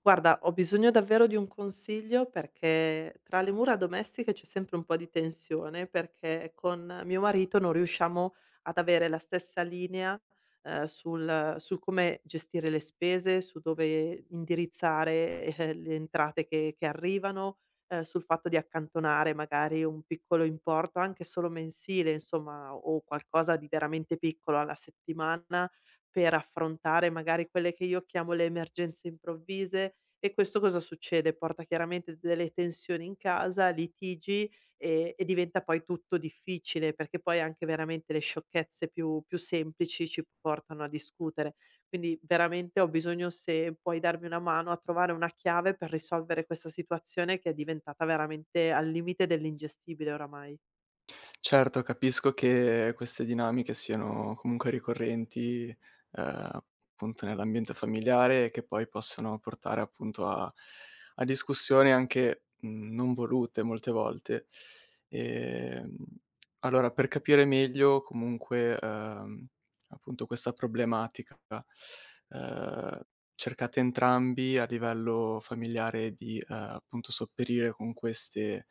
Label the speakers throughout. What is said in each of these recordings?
Speaker 1: Guarda, ho bisogno davvero di un consiglio perché tra le mura domestiche c'è sempre un po' di tensione, perché con mio marito non riusciamo ad avere la stessa linea, sul come gestire le spese, su dove indirizzare, le entrate che arrivano, sul fatto di accantonare magari un piccolo importo, anche solo mensile, insomma, o qualcosa di veramente piccolo alla settimana, per affrontare magari quelle che io chiamo le emergenze improvvise, e questo cosa succede? Porta chiaramente delle tensioni in casa, litigi e diventa poi tutto difficile, perché poi anche veramente le sciocchezze più semplici ci portano a discutere. Quindi veramente ho bisogno, se puoi darmi una mano, a trovare una chiave per risolvere questa situazione che è diventata veramente al limite dell'ingestibile oramai.
Speaker 2: Certo, capisco che queste dinamiche siano comunque ricorrenti, ehm, appunto nell'ambiente familiare e che poi possono portare appunto a discussioni anche, non volute molte volte. Ehm, allora per capire meglio comunque, appunto questa problematica, ehm, cercate entrambi a livello familiare di, appunto sopperire con queste,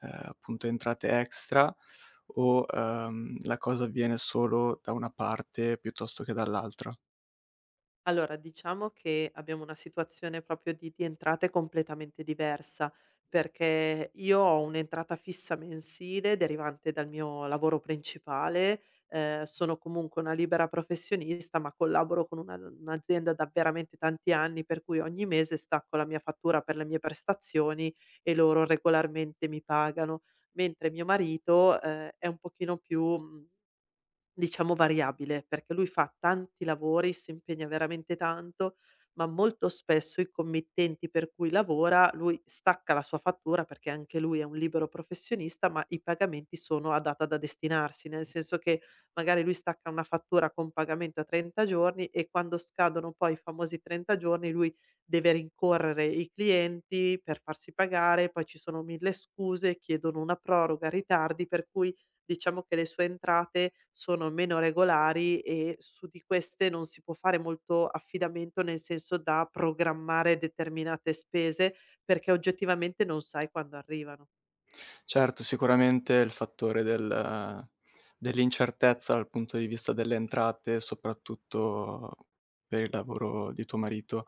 Speaker 2: appunto entrate extra o, la cosa avviene solo da una parte piuttosto che dall'altra?
Speaker 1: Allora, diciamo che abbiamo una situazione proprio di entrate completamente diversa, perché io ho un'entrata fissa mensile derivante dal mio lavoro principale. Sono comunque una libera professionista, ma collaboro con una un'azienda da veramente tanti anni, per cui ogni mese stacco la mia fattura per le mie prestazioni e loro regolarmente mi pagano. Mentre mio marito, è un pochino più, mhmm diciamo variabile, perché lui fa tanti lavori, si impegna veramente tanto, ma molto spesso i committenti per cui lavora, lui stacca la sua fattura perché anche lui è un libero professionista, ma i pagamenti sono a data da destinarsi, nel senso che magari lui stacca una fattura con pagamento a 30 giorni e quando scadono poi i famosi 30 giorni lui deve rincorrere i clienti per farsi pagare, poi ci sono mille scuse, chiedono una proroga, ritardi, per cui diciamo che le sue entrate sono meno regolari e su di queste non si può fare molto affidamento, nel senso da programmare determinate spese, perché oggettivamente non sai quando arrivano.
Speaker 2: Certo, sicuramente il fattore dell'incertezza dal punto di vista delle entrate, soprattutto per il lavoro di tuo marito,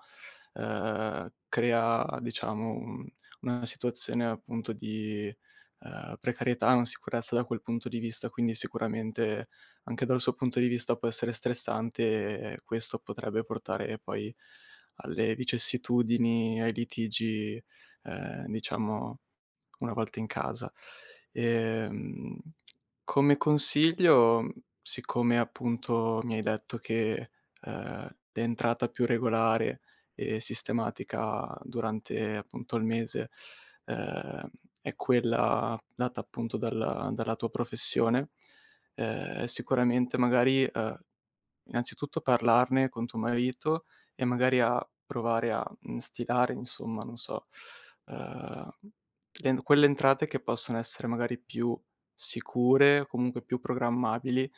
Speaker 2: crea diciamo un una situazione appunto di, precarietà, non sicurezza da quel punto di vista, quindi sicuramente anche dal suo punto di vista può essere stressante e questo potrebbe portare poi alle vicissitudini, ai litigi, diciamo, una volta in casa. Ehm, Come consiglio, siccome appunto mi hai detto che, l'entrata più regolare e sistematica durante appunto il mese, ehm, è quella data appunto dalla tua professione, sicuramente magari, innanzitutto parlarne con tuo marito e magari a provare a, stilare insomma, non so, uhm, le quelle entrate che possono essere magari più sicure o comunque più programmabili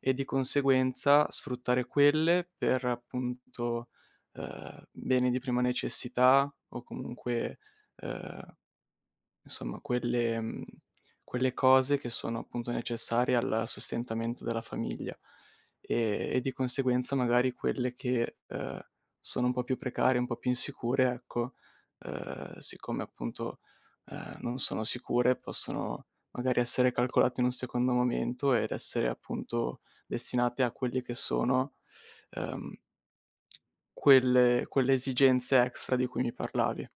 Speaker 2: e di conseguenza sfruttare quelle per appunto, beni di prima necessità o comunque, uhm insomma quelle quelle cose che sono appunto necessarie al sostentamento della famiglia e di conseguenza magari quelle che, sono un po' più precarie, un po' più insicure, ecco, siccome appunto, non sono sicure possono magari essere calcolate in un secondo momento ed essere appunto destinate a quelli che sono, ehm, quelle esigenze extra di cui mi parlavi.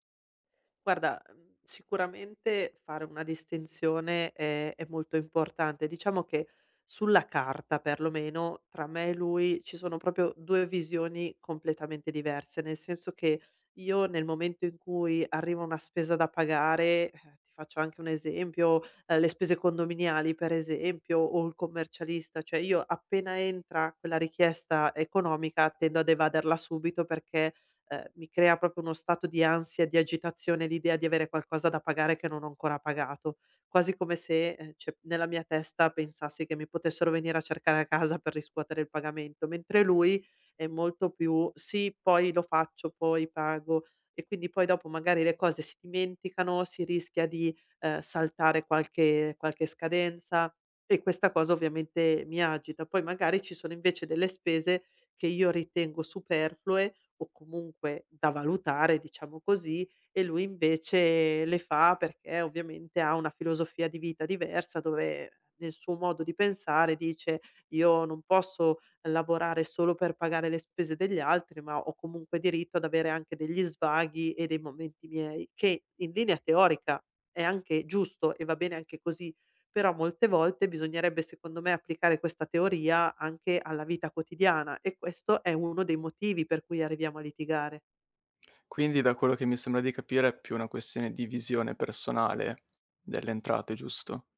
Speaker 1: Guarda, mhmm, sicuramente fare una distinzione è molto importante. Diciamo che sulla carta perlomeno tra me e lui ci sono proprio 2 visioni completamente diverse, nel senso che io nel momento in cui arriva una spesa da pagare, ti faccio anche un esempio, le spese condominiali per esempio o il commercialista, cioè io appena entra quella richiesta economica tendo ad evaderla subito perché mi crea proprio uno stato di ansia e di agitazione l'idea di avere qualcosa da pagare che non ho ancora pagato, quasi come se, cioè nella mia testa pensassi che mi potessero venire a cercare a casa per riscuotere il pagamento, mentre lui è molto più: "Sì, poi lo faccio, poi pago." E quindi poi dopo magari le cose si dimenticano, si rischia di, saltare qualche scadenza e questa cosa ovviamente mi agita. Poi magari ci sono invece delle spese che io ritengo superflue o comunque da valutare, diciamo così, e lui invece le fa perché ovviamente ha una filosofia di vita diversa dove nel suo modo di pensare dice io non posso lavorare solo per pagare le spese degli altri, ma ho comunque diritto ad avere anche degli svaghi e dei momenti miei, che in linea teorica è anche giusto e va bene anche così, però molte volte bisognerebbe secondo me applicare questa teoria anche alla vita quotidiana e questo è uno dei motivi per cui arriviamo a litigare.
Speaker 2: Quindi da quello che mi sembra di capire è più una questione di visione personale delle entrate, giusto?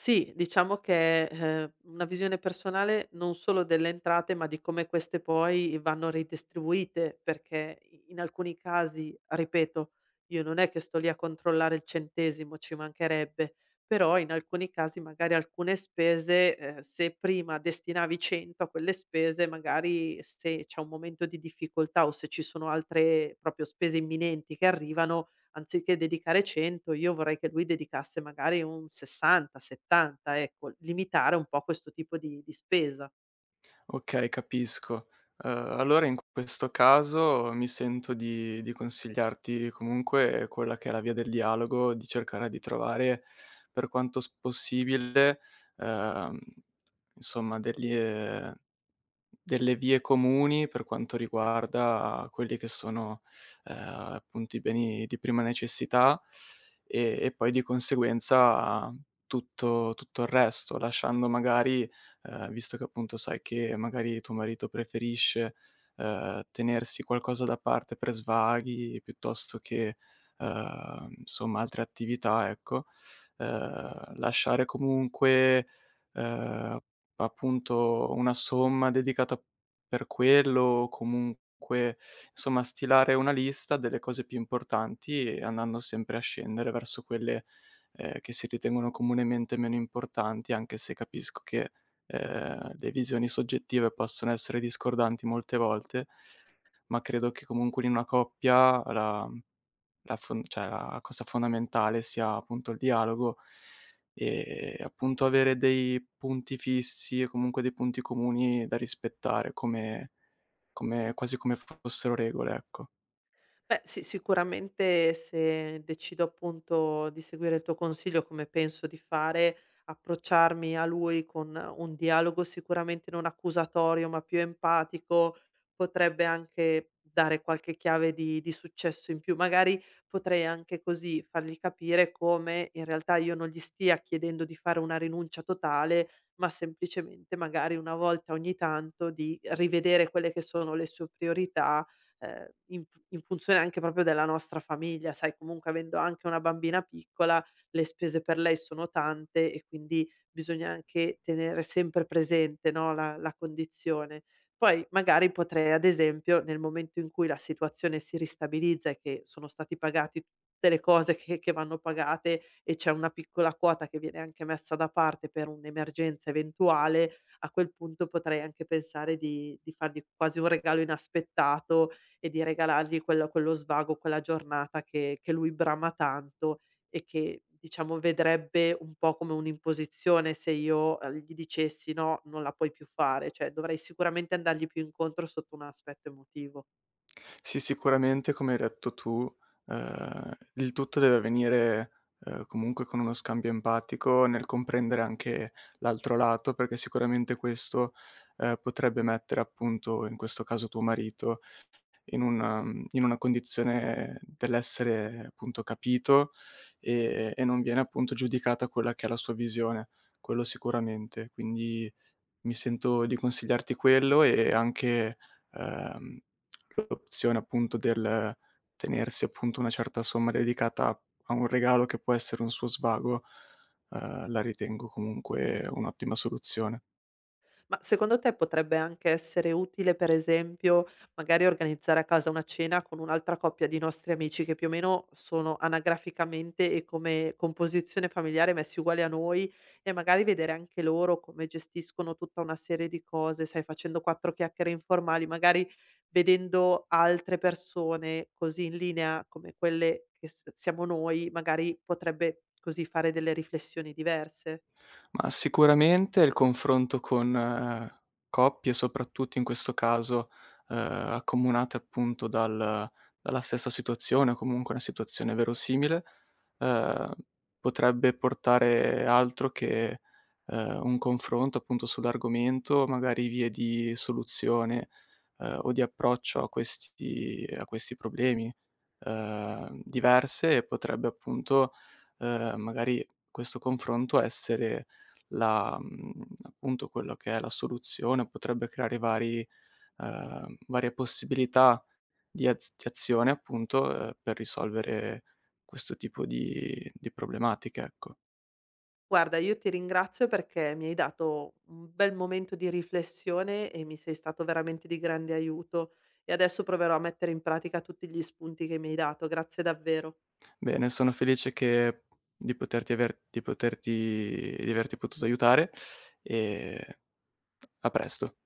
Speaker 1: Sì, diciamo che, una visione personale non solo delle entrate, ma di come queste poi vanno ridistribuite, perché i in alcuni casi, ripeto, io non è che sto lì a controllare il centesimo, ci mancherebbe, però in alcuni casi magari alcune spese, se prima destinavi 100 a quelle spese, magari se c'è un momento di difficoltà o se ci sono altre proprio spese imminenti che arrivano, anziché dedicare 100 io vorrei che lui dedicasse magari un 60, 70, ecco, limitare un po' questo tipo di spesa.
Speaker 2: Okay, capisco. Uhm, allora in questo caso mi sento di consigliarti comunque quella che è la via del dialogo, di cercare di trovare per quanto s possibile, uhm, insomma degli delle vie comuni per quanto riguarda quelli che sono, appunto i beni di prima necessità e poi di conseguenza tutto il resto, lasciando magari, visto che appunto sai che magari tuo marito preferisce, tenersi qualcosa da parte per svaghi piuttosto che, insomma altre attività, ecco, lasciare comunque, ehm appunto, una somma dedicata per quello o comunque, insomma, stilare una lista delle cose più importanti e andando sempre a scendere verso quelle, che si ritengono comunemente meno importanti, anche se capisco che, le visioni soggettive possono essere discordanti molte volte, ma credo che comunque in una coppia la la fon cioè la cosa fondamentale sia appunto il dialogo e appunto avere dei punti fissi e comunque dei punti comuni da rispettare come quasi come fossero regole, ecco.
Speaker 1: Beh, sì, sicuramente se decido appunto di seguire il tuo consiglio, come penso di fare, approcciarmi a lui con un dialogo sicuramente non accusatorio, ma più empatico, potrebbe anche dare qualche chiave di successo in più. Magari potrei anche così fargli capire come in realtà io non gli stia chiedendo di fare una rinuncia totale, ma semplicemente magari una volta ogni tanto di rivedere quelle che sono le sue priorità. In funzione anche proprio della nostra famiglia, sai comunque avendo anche una bambina piccola, le spese per lei sono tante e quindi bisogna anche tenere sempre presente, no, la condizione. Poi magari potrei ad esempio, nel momento in cui la situazione si ristabilizza e che sono stati pagati tutte le cose che vanno pagate e c'è una piccola quota che viene anche messa da parte per un'emergenza eventuale, a quel punto potrei anche pensare di fargli quasi un regalo inaspettato e di regalargli quello svago, quella giornata che lui brama tanto e che, diciamo, vedrebbe un po' come un'imposizione se io, gli dicessi: "No, non la puoi più fare." Cioè dovrei sicuramente andargli più incontro sotto un aspetto emotivo.
Speaker 2: Sì, sicuramente come hai detto tu, il tutto deve avvenire, comunque con uno scambio empatico nel comprendere anche l'altro lato, perché sicuramente questo, potrebbe mettere appunto, in questo caso tuo marito in una in una condizione dell'essere appunto capito, e non viene appunto giudicata quella che è la sua visione, quello sicuramente. Quindi mi sento di consigliarti quello e anche, ehm, l'opzione appunto del tenersi appunto una certa somma dedicata a un regalo che può essere un suo svago, la ritengo comunque un'ottima soluzione.
Speaker 1: Ma secondo te potrebbe anche essere utile, per esempio, magari organizzare a casa una cena con un'altra coppia di nostri amici che più o meno sono anagraficamente e come composizione familiare messi uguali a noi e magari vedere anche loro come gestiscono tutta una serie di cose, sai, facendo quattro chiacchiere informali, magari vedendo altre persone così in linea come quelle che siamo noi, magari potrebbe così fare delle riflessioni diverse.
Speaker 2: Ma sicuramente il confronto con, coppie, soprattutto in questo caso, accomunate appunto dalla stessa situazione o comunque una situazione verosimile, ehm, potrebbe portare altro che, un confronto appunto sull'argomento, magari vie di soluzione, o di approccio a questi problemi, diverse, e potrebbe appunto, magari questo confronto essere la appunto quello che è la soluzione, potrebbe creare vari varie possibilità di azione appunto, per risolvere questo tipo di problematiche, ecco.
Speaker 1: Guarda, io ti ringrazio perché mi hai dato un bel momento di riflessione e mi sei stato veramente di grande aiuto e adesso proverò a mettere in pratica tutti gli spunti che mi hai dato. Grazie davvero.
Speaker 2: Bene, sono felice che di poterti aver di poterti di averti potuto aiutare e a presto.